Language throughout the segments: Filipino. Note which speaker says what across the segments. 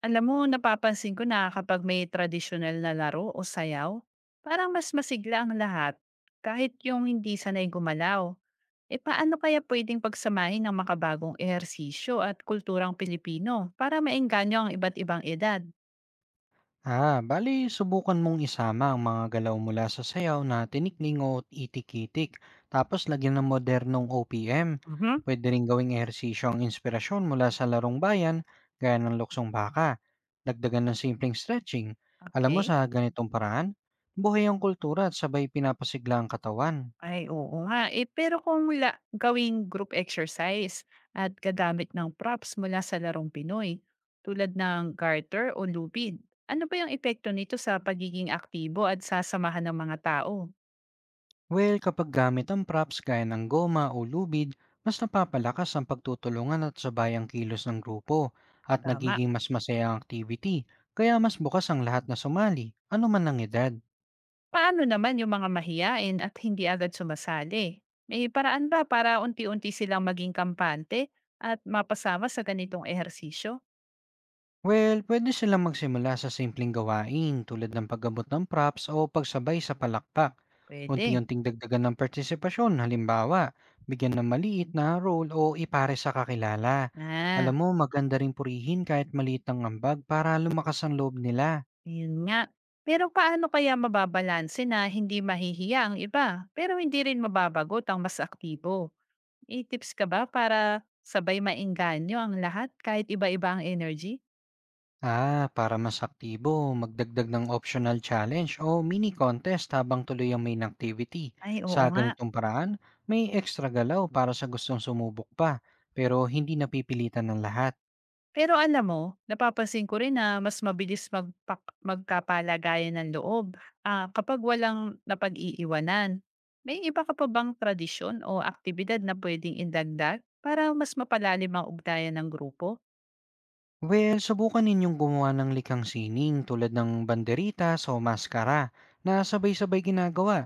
Speaker 1: Alam mo, napapansin ko na kapag may tradisyonal na laro o sayaw, parang mas masigla ang lahat. Kahit yung hindi sanay gumalaw, e paano kaya pwedeng pagsamahin ng makabagong ehersisyo at kulturang Pilipino para maengganyo ang iba't ibang edad?
Speaker 2: Bali subukan mong isama ang mga galaw mula sa sayaw na tinikling o itikitik, tapos lagyan ng modernong OPM.
Speaker 1: Mhm.
Speaker 2: Pwede rin gawing ehersisyo ang inspirasyon mula sa larong bayan, gaya ng luksong baka. Dagdagan ng simpleng stretching. Alam mo,
Speaker 1: Okay.
Speaker 2: sa ganitong paraan, buhay ang kultura at sabay pinapasigla ang katawan.
Speaker 1: Ay, oo nga. Eh, pero kung la gawing group exercise at gagamit ng props mula sa larong Pinoy, tulad ng garter o lubid, ano ba yung epekto nito sa pagiging aktibo at sasamahan ng mga tao?
Speaker 2: Well, kapag gamit ang props gaya ng goma o lubid, mas napapalakas ang pagtutulungan at sabay ang kilos ng grupo, at
Speaker 1: Tama.
Speaker 2: nagiging mas masaya ang activity, kaya mas bukas ang lahat na sumali, ano man ang edad.
Speaker 1: Paano naman yung mga mahiyain at hindi agad sumasali? May paraan ba para unti-unti silang maging kampante at mapasama sa ganitong ehersisyo?
Speaker 2: Well, pwede silang magsimula sa simpleng gawain tulad ng paggamot ng props o pagsabay sa palakpak.
Speaker 1: Pwede.
Speaker 2: Unti-unting dagdagan ng partisipasyon, halimbawa, bigyan ng maliit na role o ipare sa kakilala. Alam
Speaker 1: Ah.
Speaker 2: mo, maganda rin purihin kahit maliit ang ambag para lumakas ang loob nila.
Speaker 1: Ayun nga. Pero paano kaya mababalanse na hindi mahihiya ang iba, pero hindi rin mababagot ang mas aktibo? May tips ka ba para sabay maengganyo ang lahat kahit iba-iba ang energy?
Speaker 2: Para mas aktibo, magdagdag ng optional challenge o mini contest habang tuloy ang main activity.
Speaker 1: Ay,
Speaker 2: Sa
Speaker 1: oo nga.
Speaker 2: ganitong paraan, may extra galaw para sa gustong sumubok pa, pero hindi napipilitan ng lahat.
Speaker 1: Pero alam mo, napapansin ko rin na mas mabilis magkapalagayan ng loob kapag walang napag-iiwanan. May iba ka pa bang tradisyon o aktibidad na pwedeng indagdag para mas mapalalim ang ugnayan ng grupo?
Speaker 2: Well, subukan ninyong gumawa ng likhang sining tulad ng banderitas o maskara na sabay-sabay ginagawa.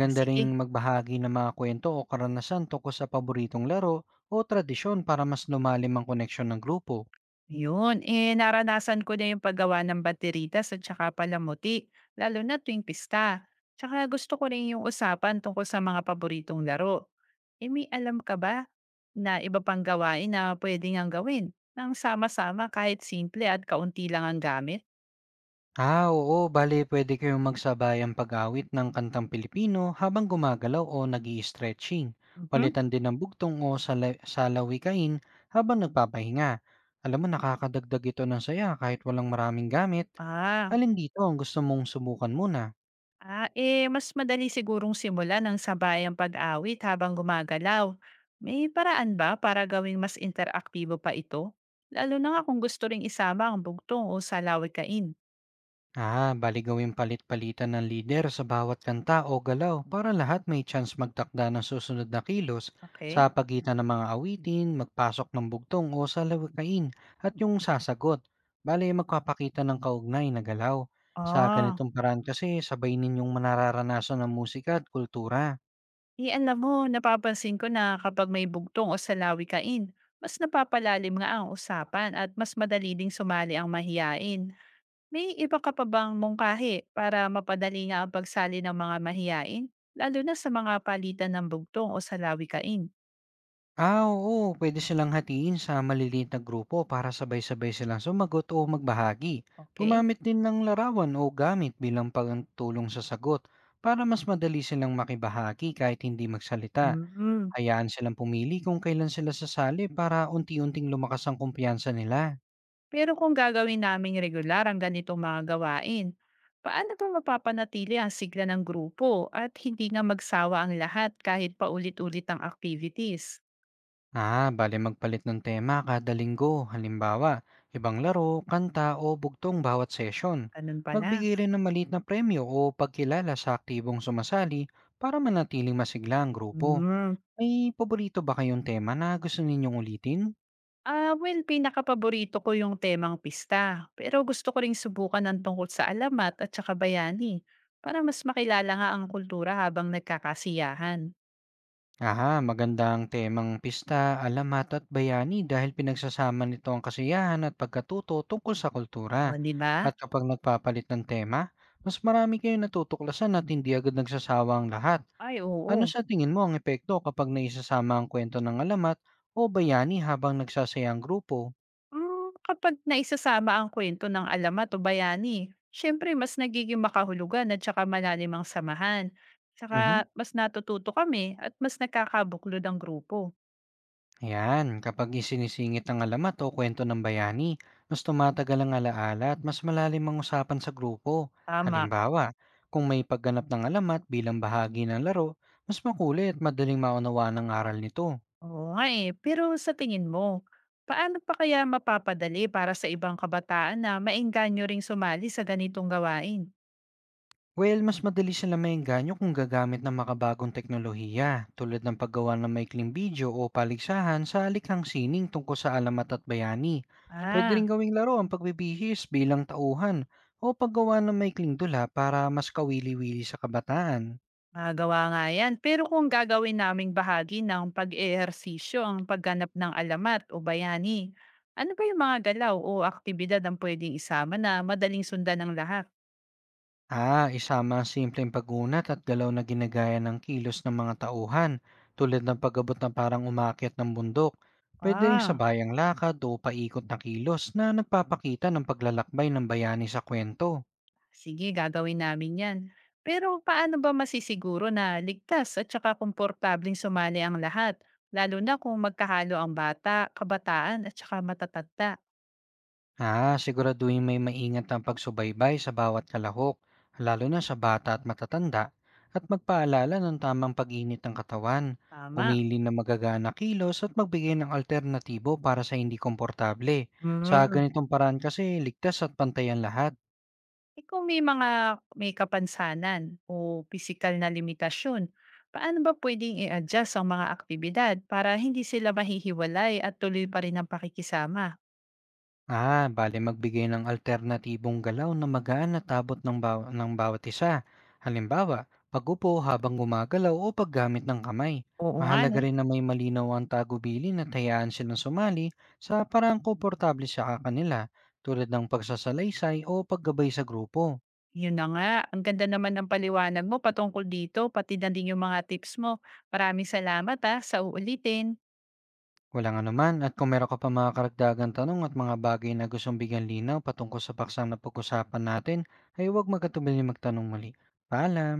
Speaker 1: Ah,
Speaker 2: ring
Speaker 1: sige.
Speaker 2: magbahagi ng mga kwento o karanasan tungkol sa paboritong laro o tradisyon para mas lumalim ang koneksyon ng grupo.
Speaker 1: Yun, eh naranasan ko na yung paggawa ng bateritas at saka palamuti, lalo na tuwing pista. Tsaka gusto ko rin yung usapan tungkol sa mga paboritong laro. Eh may alam ka ba na iba pang gawain na pwede ngang gawin? Nang sama-sama kahit simple at kaunti lang ang gamit?
Speaker 2: Oo, bale pwede kayong magsabayang pag-awit ng kantang Pilipino habang gumagalaw o nag stretching.
Speaker 1: Mhm.
Speaker 2: Palitan din ng bugtong o salawikain habang nagpapahinga. Alam mo, nakakadagdag ito ng saya kahit walang maraming gamit.
Speaker 1: Ah.
Speaker 2: Alin dito ang gusto mong subukan muna?
Speaker 1: Ah, eh mas madali sigurong simulan ng sabayang pag-awit habang gumagalaw. May paraan ba para gawing mas interaktibo pa ito? Lalo na nga kung gusto ring isama ang bugtong o salawikain.
Speaker 2: Bali gawing palit-palitan ng leader sa bawat kanta o galaw para lahat may chance magtakda ng susunod na kilos. Sa
Speaker 1: Okay?
Speaker 2: pagitan ng mga awitin, magpasok ng bugtong o salawikain at yung sasagot. Bali magpapakita ng kaugnay na galaw. Sa
Speaker 1: Ah,
Speaker 2: ganitong paraan kasi sabay ninyong manararanasan ng musika at kultura.
Speaker 1: eh alam mo, napapansin ko na kapag may bugtong o salawikain, mas napapalalim nga ang usapan at mas madali ding sumali ang mahiyain. May iba ka pa bang mungkahi para mapadali nga ang pagsali ng mga mahiyain, lalo na sa mga palitan ng bugtong o salawikain?
Speaker 2: Oo, pwede silang hatiin sa maliliit na grupo para sabay-sabay silang sumagot o magbahagi.
Speaker 1: Okey.
Speaker 2: Gumamit din ng larawan o gamit bilang pagtulong sa sagot para mas madali silang makibahagi kahit hindi magsalita.
Speaker 1: Mm.
Speaker 2: Hayaan silang pumili kung kailan sila sasali para unti-unting lumakas ang kumpiyansa nila.
Speaker 1: Pero kung gagawin naming regular ang ganitong mga gawain, paano ba mapapanatili ang sigla ng grupo at hindi nga magsawa ang lahat kahit paulit-ulit ang activities?
Speaker 2: Bale magpalit ng tema kada linggo. Halimbawa, ibang laro, kanta o bugtong bawat session.
Speaker 1: Ganun pala.
Speaker 2: Magbigay rin ng maliit na premyo o pagkilala sa aktibong sumasali para manatiling masigla ang grupo.
Speaker 1: Hmm.
Speaker 2: May paborito ba kayong tema na gusto ninyong ulitin?
Speaker 1: Ah, well pinakapaborito ko yung temang pista, pero gusto ko ring subukan ang tungkol sa alamat at saka bayani para mas makilala nga ang kultura habang nagkakasiyahan.
Speaker 2: Aha, magandang temang pista, alamat at bayani dahil pinagsasama nito ang kasiyahan at pagkatuto tungkol sa kultura.
Speaker 1: O, 'di ba?
Speaker 2: At kapag nagpapalit ng tema, mas marami kayong natutuklasan at hindi agad nagsasawa ang lahat.
Speaker 1: Ay,
Speaker 2: Ano
Speaker 1: oo.
Speaker 2: sa tingin mo ang epekto kapag naisasama ang kwento ng alamat o bayani habang nagsasaya ang grupo?
Speaker 1: Kapag naisasama ang kwento ng alamat o bayani, siyempre mas nagiging makahulugan at saka malalim ang samahan. Tsaka
Speaker 2: Mhm.
Speaker 1: mas natututo kami at mas nakakabuklod ang grupo.
Speaker 2: Ayan, kapag isinisingit ang alamat o kwento ng bayani, mas tumatagal ang alaala at mas malalim ang usapan sa grupo.
Speaker 1: Tama.
Speaker 2: Halimbawa, kung may pagganap ng alamat bilang bahagi ng laro, mas makulit at madaling maunawa ng aral nito.
Speaker 1: Oo nga eh. Pero sa tingin mo, paano pa kaya mapapadali para sa ibang kabataan na maengganyo ring sumali sa ganitong gawain?
Speaker 2: Well, mas madali sila maengganyo kung gagamit ng makabagong teknolohiya tulad ng paggawa ng maikling video o paligsahan sa likhang sining tungkol sa alamat at bayani. Pwede
Speaker 1: Ah,
Speaker 2: rin gawing laro ang pagbibihis bilang tauhan o paggawa ng maikling dula para mas kawili-wili sa kabataan.
Speaker 1: magawa nga yan. Pero kung gagawin naming bahagi ng pag-ehersisyo ang pagganap ng alamat o bayani, ano ba yung mga galaw o aktibidad ang pwedeng isama na madaling sundan ng lahat?
Speaker 2: Isama ang simpleng pag-unat at galaw na ginagaya ng kilos ng mga tauhan, tulad ng pagabot na parang umakyat ng bundok. Pwede rin
Speaker 1: Ah.
Speaker 2: sabayang lakad o paikot na kilos na nagpapakita ng paglalakbay ng bayani sa kwento.
Speaker 1: Sige, gagawin namin 'yan. Pero paano ba masisiguro na ligtas at saka komportableng sumali ang lahat, lalo na kung magkahalo ang bata, kabataan at saka matatanda?
Speaker 2: Siguraduhin may maingat ang pagsubaybay sa bawat kalahok, lalo na sa bata at matatanda, at magpaalala ng tamang pag-init ng katawan,
Speaker 1: Tama.
Speaker 2: pumili ng magagana kilos at magbigay ng alternatibo para sa hindi komportable. Sa
Speaker 1: Mm.
Speaker 2: ganitong paraan kasi ligtas at pantay ang lahat.
Speaker 1: Eh kung may mga may kapansanan o physical na limitasyon, paano ba pwedeng i-adjust ang mga aktibidad para hindi sila mahihiwalay at tuloy pa rin ang pakikisama?
Speaker 2: Bale magbigay ng alternatibong galaw na magaan at abot ng, ng bawat isa. Halimbawa, pagupo habang gumagalaw o paggamit ng kamay.
Speaker 1: Oo nga,
Speaker 2: Mahalaga
Speaker 1: no?
Speaker 2: rin na may malinaw ang tagubilin at hayaan silang sumali sa parang komportable sa kanila tulad ng pagsasalaysay o paggabay sa grupo.
Speaker 1: Yun na nga, ang ganda naman ng paliwanag mo patungkol dito, pati na din yung mga tips mo. Maraming salamat, sa uulitin.
Speaker 2: Walang anuman, at kung meron ka pa mga karagdagang tanong at mga bagay na gustong bigyan linaw patungkol sa paksang napag-usapan natin, ay huwag magkatubil magtanong muli. Paalam!